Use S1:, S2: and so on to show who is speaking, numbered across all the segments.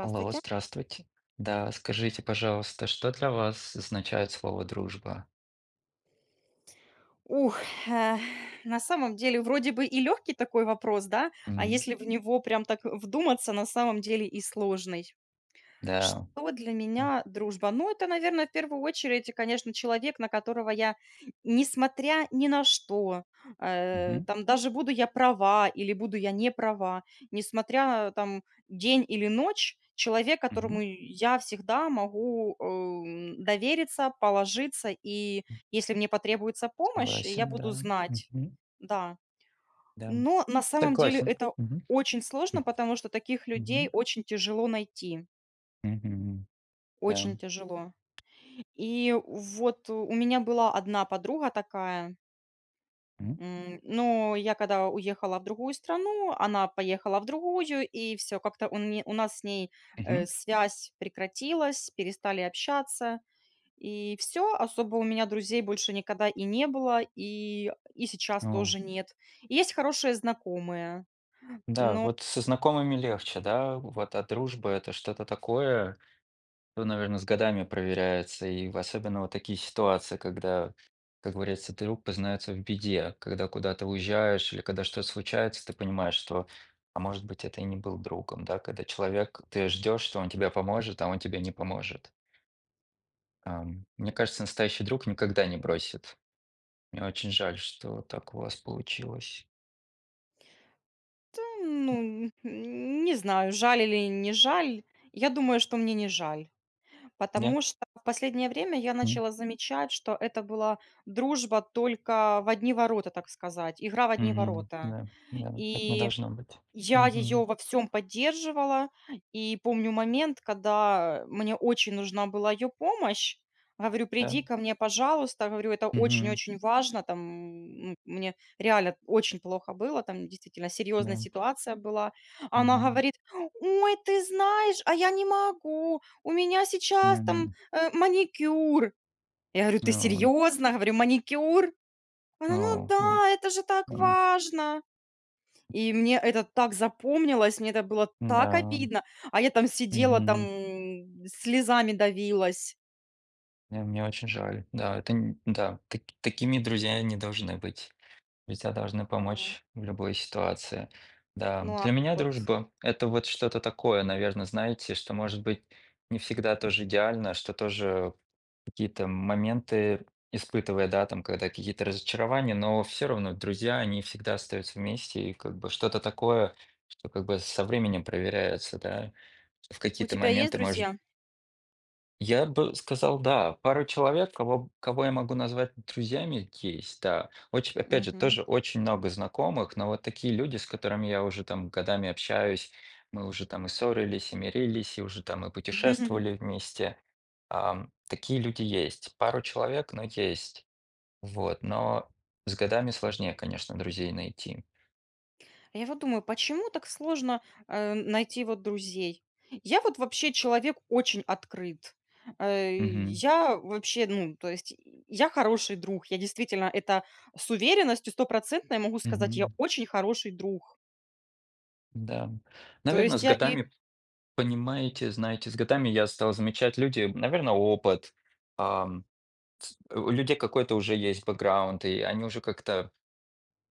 S1: Алло, здравствуйте. Да, скажите, пожалуйста, что для вас означает слово дружба?
S2: Ух, э, на самом деле вроде бы и легкий такой вопрос, да, а
S1: Мгм.
S2: если в Мгм. Него прям так вдуматься, на самом деле и сложный.
S1: Да.
S2: Что для меня дружба? Ну, это, наверное, в первую очередь, конечно, человек, на которого я, несмотря ни на что,
S1: Мгм,
S2: там даже буду я права или буду я не права, несмотря там день или ночь, человек,
S1: мгм.
S2: которому я всегда могу довериться, положиться, и если мне потребуется помощь, я
S1: Согласен,
S2: буду
S1: да.
S2: знать,
S1: Мгм.
S2: да.
S1: Да.
S2: Но на самом деле
S1: Согласен.
S2: это
S1: Мгм,
S2: очень сложно, потому что таких людей
S1: мгм,
S2: очень тяжело найти,
S1: мгм. Да.
S2: очень тяжело. И вот у меня была одна подруга такая,
S1: М,
S2: но я когда уехала в другую страну, она поехала в другую, и все как-то у не у нас с ней,
S1: мгм.
S2: связь прекратилась, перестали общаться, и все. Особо у меня друзей больше никогда и не было, и сейчас
S1: О,
S2: тоже нет. Есть хорошие знакомые,
S1: да,
S2: но
S1: вот со знакомыми легче, да? Вот, а дружба это что-то такое. То, наверное, с годами проверяется, и в особенно вот такие ситуации, когда, как говорится, друг познается в беде. Когда куда-то уезжаешь или когда что-то случается, ты понимаешь, что, а может быть, это и не был другом, да. Когда человек, ты ждешь, что он тебе поможет, а он тебе не поможет. Мне кажется, настоящий друг никогда не бросит. Мне очень жаль, что вот так у вас получилось.
S2: т ну, не знаю, жаль или не жаль. Я думаю, что мне не жаль. Потому
S1: Нет?
S2: что в последнее время я
S1: М?
S2: начала замечать, что это была дружба только в одни ворота, так сказать, игра в одни
S1: Мгм.
S2: ворота.
S1: Да, да, так не
S2: И
S1: должно быть.
S2: я ее
S1: Мгм.
S2: во всем поддерживала, и помню момент, когда мне очень нужна была ее помощь. Говорю:
S1: Да.
S2: "Приди ко мне, пожалуйста". Говорю: "Это
S1: Мгм.
S2: очень-очень важно". Там, мне реально очень плохо было, там действительно серьезная
S1: Да.
S2: ситуация была. Она
S1: Мгм.
S2: говорит: "Ой, ты знаешь, а я не могу, у меня сейчас там,
S1: Мгм.
S2: маникюр". Я говорю: "Ты
S1: Ну вот.
S2: серьезно?" Говорю: "Маникюр?" Она: "Ну
S1: Ну,
S2: да, это же так
S1: м,
S2: важно". И мне это так запомнилось, мне это было так
S1: да,
S2: обидно, а я там сидела, там
S1: мгм.
S2: слезами давилась.
S1: Мне очень жаль. Да, это н да, так такими друзья не должны быть. Друзья должны
S2: Да.
S1: помочь в любой ситуации. Да,
S2: Ну, а
S1: для меня
S2: вот
S1: дружба — это вот что-то такое, наверное, знаете, что, может быть, не всегда тоже идеально, что тоже. Какие-то моменты испытывая, да, там, когда какие-то разочарования, но все равно друзья, они всегда остаются вместе, и как бы что-то такое, что как бы со временем проверяется, да. В
S2: у
S1: какие-то
S2: тебя есть
S1: моменты, может,
S2: друзья?
S1: я бы сказал, да, пару человек, кого я могу назвать друзьями, есть, да. Очень, опять же,
S2: Мгм.
S1: тоже очень много знакомых, но вот такие люди, с которыми я уже там годами общаюсь, мы уже там и ссорились, и мирились, и уже там и путешествовали вместе. Такие люди есть. Пару человек, но есть. Вот, но с годами сложнее, конечно, друзей найти.
S2: А я вот думаю, почему так сложно, найти вот друзей? Я вот вообще человек очень открыт. Э,
S1: Мгм.
S2: я вообще, ну, то есть я хороший друг. Я действительно это с уверенностью стопроцентной могу сказать, я
S1: Мгм.
S2: очень хороший друг.
S1: Да.
S2: То
S1: Наверное,
S2: есть
S1: с
S2: я и
S1: годами. Понимаете, знаете, с годами я стал замечать, люди, наверное, опыт, ам, с у людей какой-то уже есть бэкграунд, и они уже как-то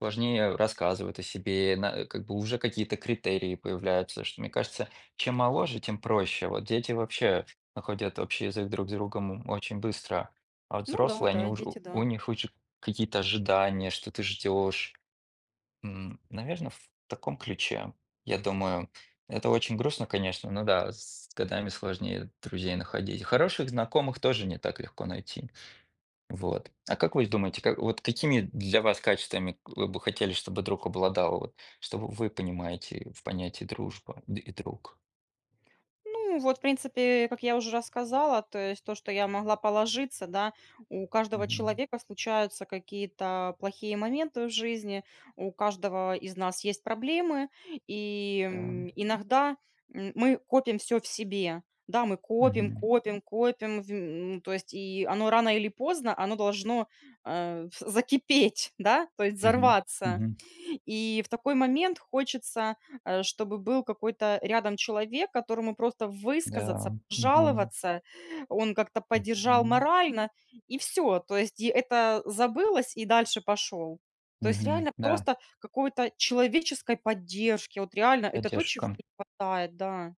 S1: сложнее рассказывают о себе, на как бы уже какие-то критерии появляются, что, мне кажется, чем моложе, тем проще. Вот дети вообще находят общий язык друг с другом очень быстро, а вот
S2: ну да,
S1: взрослые, они
S2: да,
S1: уже.
S2: дети,
S1: У
S2: да.
S1: них уже какие-то ожидания, что ты ждешь. Наверное, в таком ключе. Я думаю, это очень грустно, конечно, но да, с годами сложнее друзей находить. Хороших знакомых тоже не так легко найти. Вот. А как вы думаете, как, вот какими для вас качествами вы бы хотели, чтобы друг обладал? Вот, что вы понимаете в понятии дружба и друг?
S2: Ну, вот, в принципе, как я уже рассказала, то есть то, что я могла положиться, да, у каждого
S1: Мгм.
S2: человека случаются какие-то плохие моменты в жизни, у каждого из нас есть проблемы, и
S1: Да.
S2: иногда мы копим все в себе, да, мы копим,
S1: Мгм.
S2: копим, копим, то есть и оно рано или поздно, оно должно закипеть, да, то есть
S1: Мгм.
S2: взорваться.
S1: Мгм.
S2: И в такой момент хочется, чтобы был какой-то рядом человек, которому просто
S1: Да.
S2: высказаться,
S1: Мгм.
S2: пожаловаться, он как-то поддержал
S1: Мгм.
S2: морально, и все. То есть и это забылось, и дальше пошел. То есть
S1: Мгм.
S2: реально
S1: Да.
S2: просто какой-то человеческой поддержки. Вот реально это то, чего
S1: Поддержка.
S2: не хватает, да.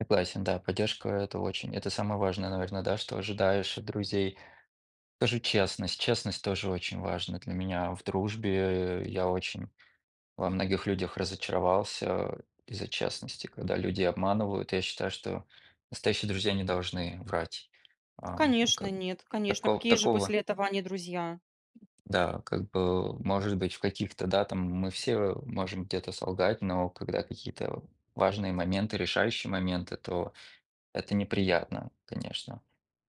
S1: Согласен, да, поддержка это очень, это самое важное, наверное, да, что ожидаешь от друзей. Скажу честность, честность тоже очень важна для меня в дружбе. Я очень во многих людях разочаровался из-за честности, когда людей обманывают. Я считаю, что настоящие друзья не должны врать. Ам,
S2: Конечно,
S1: как-
S2: нет, конечно.
S1: тако-
S2: Какие же
S1: такого,
S2: после этого они друзья?
S1: да, как бы, может быть, в каких-то, да, там мы все можем где-то солгать, но когда какие-то важные моменты, решающие моменты, то. Это неприятно, конечно.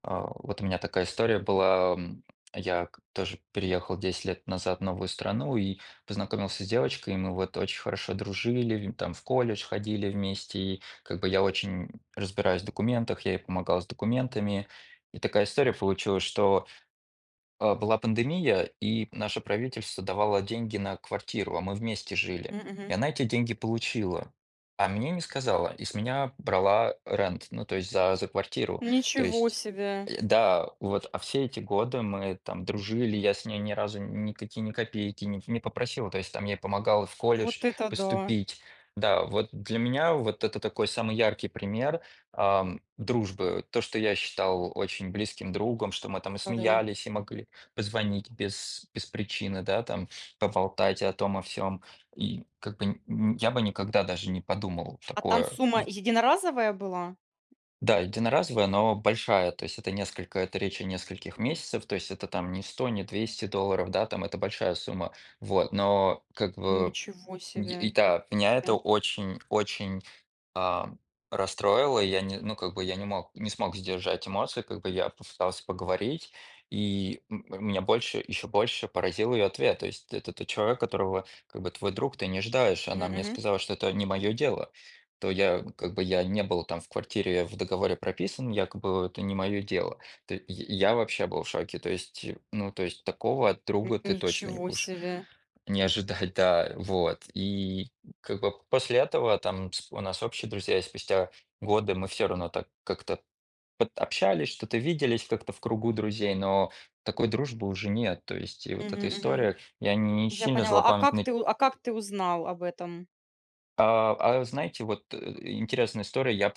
S1: Вот у меня такая история была. Я тоже переехал 10 лет назад в новую страну и познакомился с девочкой, и мы вот очень хорошо дружили, там в колледж ходили вместе, и как бы я очень разбираюсь в документах, я ей помогал с документами. И такая история получилась, что, была пандемия, и наше правительство давало деньги на квартиру, а мы вместе жили.
S2: Мгм.
S1: И она эти деньги получила, а мне не сказала, и с меня брала рент, ну, то есть за, за квартиру. То
S2: Ничего
S1: есть,
S2: себе!
S1: да, вот, а все эти годы мы там дружили, я с ней ни разу никакие ни копейки не попросил, то есть там я ей помогал в колледж
S2: Вот это да!
S1: поступить. Да, вот для меня вот это такой самый яркий пример, дружбы, то, что я считал очень близким другом, что мы там и
S2: Да-да.
S1: смеялись, и могли позвонить без причины, да, там, поболтать о том, о всем. И как бы н н я бы никогда даже не подумал
S2: А там
S1: такое.
S2: сумма единоразовая была?
S1: Да, единоразовая, но большая, то есть это несколько, это речь о нескольких месяцев, то есть это там не 100, не 200 долларов, да, там это большая сумма. Вот, но как бы.
S2: Ничего
S1: И
S2: себе, я
S1: да, меня это
S2: поняла.
S1: очень очень, а, расстроило. Я не Ну, как бы я не смог сдержать эмоции, как бы я попытался поговорить, и меня больше, еще больше поразил ее ответ. То есть это тот человек, которого как бы твой друг, ты не ожидаешь.
S2: Мгм,
S1: Она мне
S2: мгм.
S1: сказала, что это не мое дело. То я как бы я не был там в квартире, я в договоре прописан, якобы это не мое дело. Т я вообще был в шоке. То есть, ну, то есть такого от друга ты точно не
S2: Ничего
S1: будешь
S2: себе.
S1: не ожидать, да, вот. И как бы после этого там у нас общие друзья, и спустя годы мы все равно так как-то общались, что-то виделись как-то в кругу друзей, но такой дружбы уже нет. То есть и вот
S2: Мгм,
S1: эта
S2: мгм.
S1: история, я не
S2: Я
S1: сильно
S2: поняла. А как
S1: злопамятный.
S2: ты у А как ты узнал об этом?
S1: Знаете, вот, интересная история, я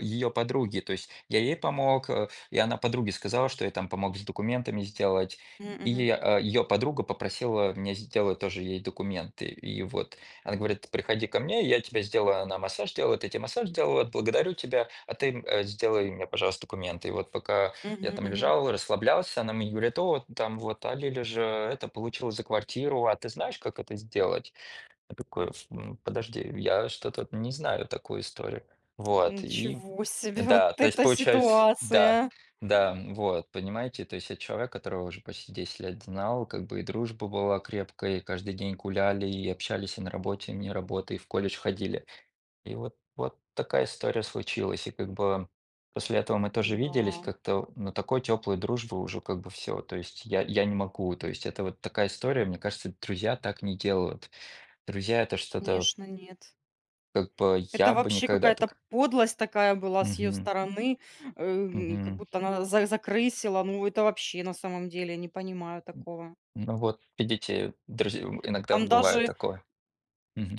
S1: ее по подруге, то есть я ей помог, и она подруге сказала, что я там помог с документами сделать.
S2: Мгм,
S1: И
S2: мгм.
S1: ее подруга попросила меня сделать тоже ей документы. И вот она говорит: "Приходи ко мне, я тебя сделаю". Она массаж делает, я те массаж делаю, благодарю тебя, а ты, сделай мне, пожалуйста, документы. И вот пока я
S2: Мгм,
S1: там
S2: мгм.
S1: лежал, расслаблялся, она мне говорит: "О, там вот, а Лиля же это получила за квартиру, а ты знаешь, как это сделать?" Я такой: "М, подожди, я что-то вот не знаю такую историю". Вот, и
S2: Ничего себе, вот
S1: да, то есть
S2: эта
S1: получается, да,
S2: ситуация!
S1: да, вот, понимаете, то есть я человек, которого уже почти 10 лет знал, как бы и дружба была крепкая, и каждый день гуляли, и общались, и на работе, и вне работы, и в колледж ходили. И вот вот такая история случилась. И как бы после этого мы тоже
S2: Да,
S1: виделись как-то, но такой теплой дружбы уже как бы все. То есть я не могу, то есть это вот такая история, мне кажется, друзья так не делают. Друзья — это что-то,
S2: конечно, нет.
S1: как бы
S2: Это
S1: я бы
S2: вообще
S1: никогда
S2: какая-то
S1: так.
S2: подлость такая была с ее
S1: Мгм,
S2: стороны, как
S1: мгм.
S2: будто она за закрысила. Ну, это вообще на самом деле не понимаю такого.
S1: Ну вот, видите, друзья, иногда
S2: Там
S1: бывает
S2: даже
S1: такое.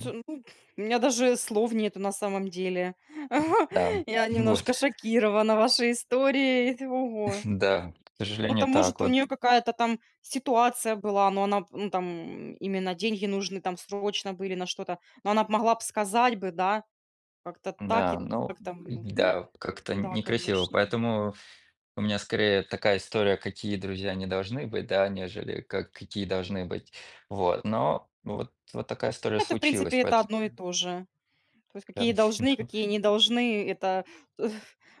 S2: Т Ну, у меня даже слов нету на самом деле.
S1: Да,
S2: Я немножко
S1: вот,
S2: шокирована вашей историей. Ого.
S1: да, к
S2: Ну,
S1: сожалению,
S2: там, может,
S1: так
S2: у
S1: вот,
S2: нее какая-то там ситуация была, но она, ну, там именно деньги нужны там срочно были на что-то, но она б могла бы сказать бы, да, как-то так
S1: да,
S2: и
S1: ну
S2: так там. Ну
S1: да, как-то
S2: да,
S1: некрасиво.
S2: конечно.
S1: Поэтому у меня скорее такая история, какие друзья не должны быть, да, нежели как какие должны быть. Вот, но вот вот такая история
S2: Это, в принципе,
S1: случилась,
S2: это
S1: поэтому
S2: одно и то же. То есть какие
S1: да.
S2: должны, какие не должны, это в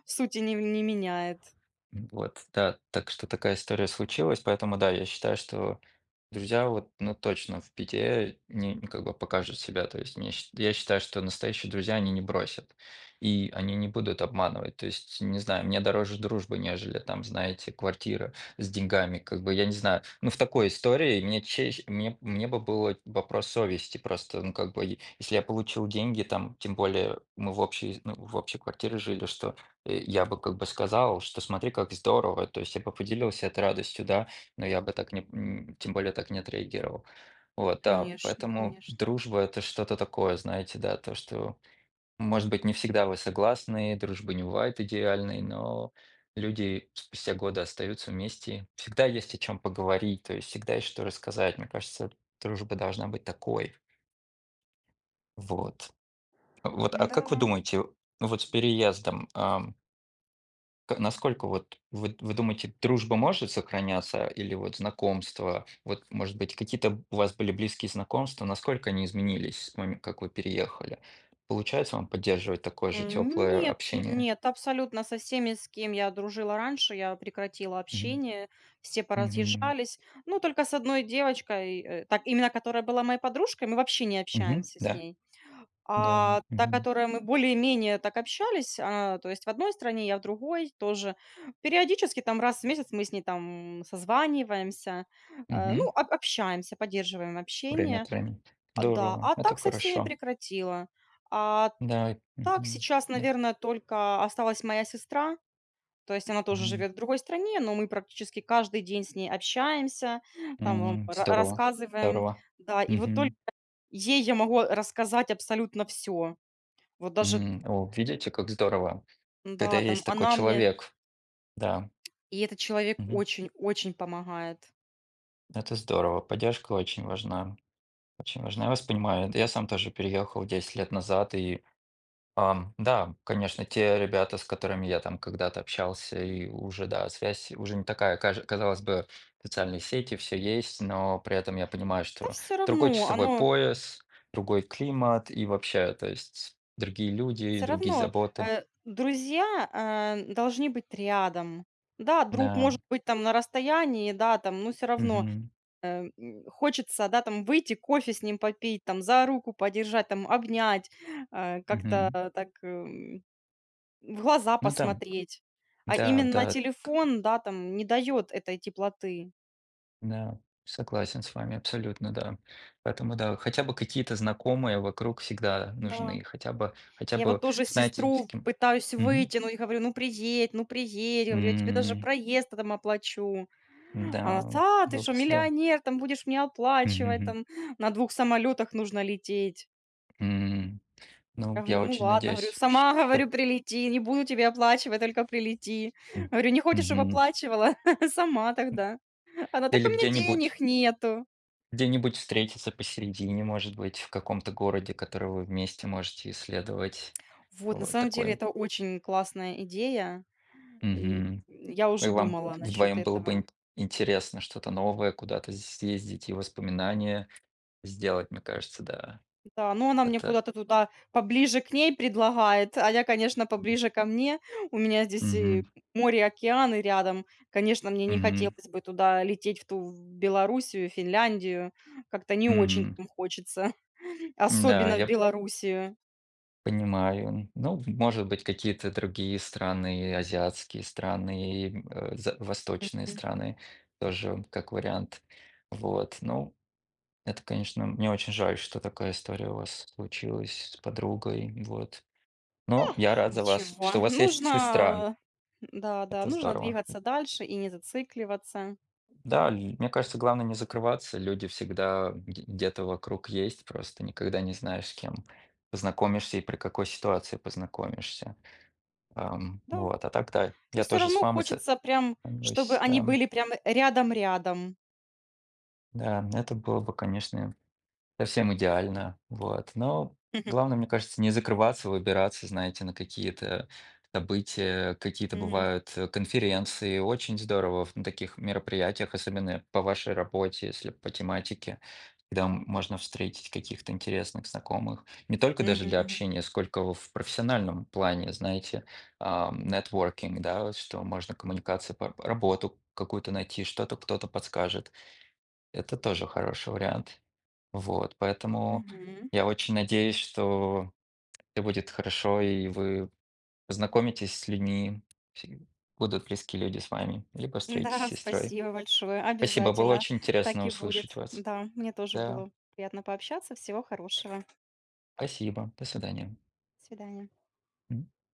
S2: сути не меняет.
S1: Вот, да, так что такая история случилась, поэтому да, я считаю, что друзья вот, ну, точно в беде не, ну, как бы покажут себя, то есть мне я считаю, что настоящие друзья, они не бросят, и они не будут обманывать, то есть, не знаю, мне дороже дружбы, нежели там, знаете, квартира с деньгами, как бы, я не знаю, ну, в такой истории мне честь, мне бы было вопрос совести просто, ну, как бы, если я получил деньги, там, тем более мы в общей, ну, в общей квартире жили, что. Я бы как бы сказал, что смотри, как здорово, то есть я бы поделился этой радостью, да, но я бы так не, тем более так не отреагировал. Вот, да,
S2: Конечно,
S1: поэтому
S2: конечно.
S1: дружба это что-то такое, знаете, да, то, что, может быть, не всегда вы согласны, дружба не бывает идеальной, но люди спустя годы остаются вместе, всегда есть о чем поговорить, то есть всегда есть что рассказать. Мне кажется, дружба должна быть такой. Вот. Вот, а как вы думаете, ну, вот с переездом, а, К насколько вот вы думаете, дружба может сохраняться или вот знакомства? Вот, может быть, какие-то у вас были близкие знакомства, насколько они изменились с моме как вы переехали? Получается вам поддерживать такое же теплое
S2: Нет,
S1: общение?
S2: нет, абсолютно со всеми, с кем я дружила раньше, я прекратила
S1: Мгм.
S2: общение, все
S1: Мгм.
S2: поразъезжались. Ну, только с одной девочкой, так именно которая была моей подружкой, мы вообще не
S1: Мгм.
S2: общаемся с
S1: Да,
S2: ней.
S1: да.
S2: А та,
S1: Мгм.
S2: которая мы более-менее так общались, то есть в одной стране, я в другой тоже. Периодически там раз в месяц мы с ней там созваниваемся, ну,
S1: Мгм.
S2: общаемся, поддерживаем
S1: Время
S2: общение.
S1: от времени.
S2: Да,
S1: Здорово,
S2: а
S1: это
S2: так со всеми
S1: хорошо.
S2: прекратила. А
S1: Да.
S2: так,
S1: Мгм.
S2: сейчас,
S1: Да.
S2: наверное, только осталась моя сестра. То есть она тоже
S1: Мгм.
S2: живет в другой стране, но мы практически каждый день с ней общаемся, там
S1: М, здорово,
S2: рассказываем.
S1: здорово.
S2: Да, и вот только
S1: Мгм.
S2: ей я могу рассказать абсолютно все. Вот даже,
S1: М. О, видите, как здорово, когда
S2: да, там
S1: есть такой
S2: она мне,
S1: человек. Да,
S2: и этот человек
S1: мгм.
S2: очень-очень помогает.
S1: Это здорово. Поддержка очень важна, очень важна. Я вас понимаю. Я сам тоже переехал 10 лет назад, и да, конечно, те ребята, с которыми я там когда-то общался, и уже, да, связь уже не такая. Казалось бы, социальные сети, все есть, но при этом я понимаю,
S2: Да
S1: что
S2: все
S1: другой
S2: равно,
S1: часовой пояс, другой климат и вообще, то есть другие люди и
S2: все
S1: другие
S2: равно,
S1: заботы.
S2: друзья должны быть рядом. Да, друг
S1: Да,
S2: может быть там на расстоянии, да, там, но все равно
S1: мгм,
S2: хочется, да, там выйти, кофе с ним попить, там за руку подержать, там обнять, как-то
S1: мгм.
S2: так, в глаза
S1: Ну там,
S2: посмотреть. А
S1: да,
S2: именно
S1: да.
S2: телефон, да, там не дает этой теплоты.
S1: Да, согласен с вами, абсолютно, да. Поэтому да, хотя бы какие-то знакомые вокруг всегда
S2: Да.
S1: нужны, хотя
S2: Я вот
S1: бы,
S2: тоже
S1: знаете, с
S2: сестру
S1: кем.
S2: пытаюсь
S1: Мгм.
S2: вытянуть, говорю: "Ну, приедь, ну, приедь". Говорю: "Я тебе даже
S1: М.
S2: проезд там оплачу". Она:
S1: Да,
S2: "Да, ты
S1: было
S2: что,
S1: бы здорово.
S2: миллионер, там будешь мне оплачивать,
S1: Мгм,
S2: там на двух самолетах нужно лететь".
S1: м.
S2: Я
S1: Ну,
S2: говорю:
S1: я
S2: "Ну
S1: очень
S2: ладно", говорю,
S1: надеюсь,
S2: "сама,
S1: что
S2: говорю, прилети, не буду тебе оплачивать, только прилети".
S1: м,
S2: Говорю: "Не хочешь, чтобы
S1: мгм.
S2: оплачивала? Сама тогда". Она: "Так у
S1: Или
S2: меня
S1: где-нибудь,
S2: денег нету".
S1: где-нибудь встретиться посередине, может быть, в каком-то городе, который вы вместе можете исследовать.
S2: Вот, на
S1: Вот
S2: самом деле,
S1: такой.
S2: это очень классная идея, и
S1: Мгм.
S2: я
S1: Ну, и
S2: уже
S1: вам
S2: думала насчет
S1: вдвоем было бы
S2: этого.
S1: ин интересно что-то новое, куда-то съездить и воспоминания сделать, мне кажется, да.
S2: Да, но она мне
S1: Это
S2: куда-то туда поближе к ней предлагает, а я, конечно, поближе ко мне. У меня здесь и
S1: мгм,
S2: море, океаны рядом. Конечно, мне не
S1: мгм,
S2: хотелось бы туда лететь, в ту Белоруссию, Финляндию. Как-то не очень
S1: мгм.
S2: там хочется,
S1: Да,
S2: особенно в
S1: я
S2: Белоруссию.
S1: понимаю. Ну, может быть, какие-то другие страны, и азиатские страны, и, э, за восточные страны тоже как вариант. Вот, ну, это, конечно, мне очень жаль, что такая история у вас случилась с подругой, вот. Но я рад за вас,
S2: Ничего,
S1: что у вас есть сестра.
S2: нужно да-да,
S1: Это
S2: нужно
S1: здорово.
S2: двигаться дальше и не зацикливаться.
S1: Да, мне кажется, главное не закрываться. Люди всегда где-то вокруг есть, просто никогда не знаешь, с кем познакомишься и при какой ситуации познакомишься.
S2: Да,
S1: Вот, а так да,
S2: но
S1: я
S2: все
S1: тоже с
S2: равно
S1: мамой
S2: хочется прям, чтобы
S1: созвонилась,
S2: они
S1: да,
S2: были прям рядом-рядом.
S1: да, это было бы, конечно. Совсем идеально, вот. Но главное, мне кажется, не закрываться, выбираться, знаете, на какие-то события, какие-то
S2: Мгм.
S1: бывают конференции. Очень здорово таких мероприятиях, особенно по вашей работе, если по тематике, когда можно встретить каких-то интересных знакомых. Не только даже
S2: Мгм.
S1: для
S2: Мгм.
S1: общения, сколько в профессиональном плане, знаете, нетворкинг, да, что можно коммуникации, работу какую-то найти, что-то кто-то подскажет. Это тоже хороший вариант. Вот, поэтому
S2: Мгм.
S1: я очень надеюсь, что это будет хорошо, и вы познакомитесь с людьми, все- будут близкие люди с вами, либо встретитесь с
S2: Да,
S1: сестрой.
S2: спасибо большое.
S1: Спасибо, было
S2: Обязательно.
S1: очень
S2: Так
S1: интересно
S2: и
S1: услышать
S2: будет.
S1: вас.
S2: Да, мне тоже
S1: Да,
S2: было приятно пообщаться. Всего хорошего.
S1: спасибо, до свидания.
S2: До свидания.
S1: М.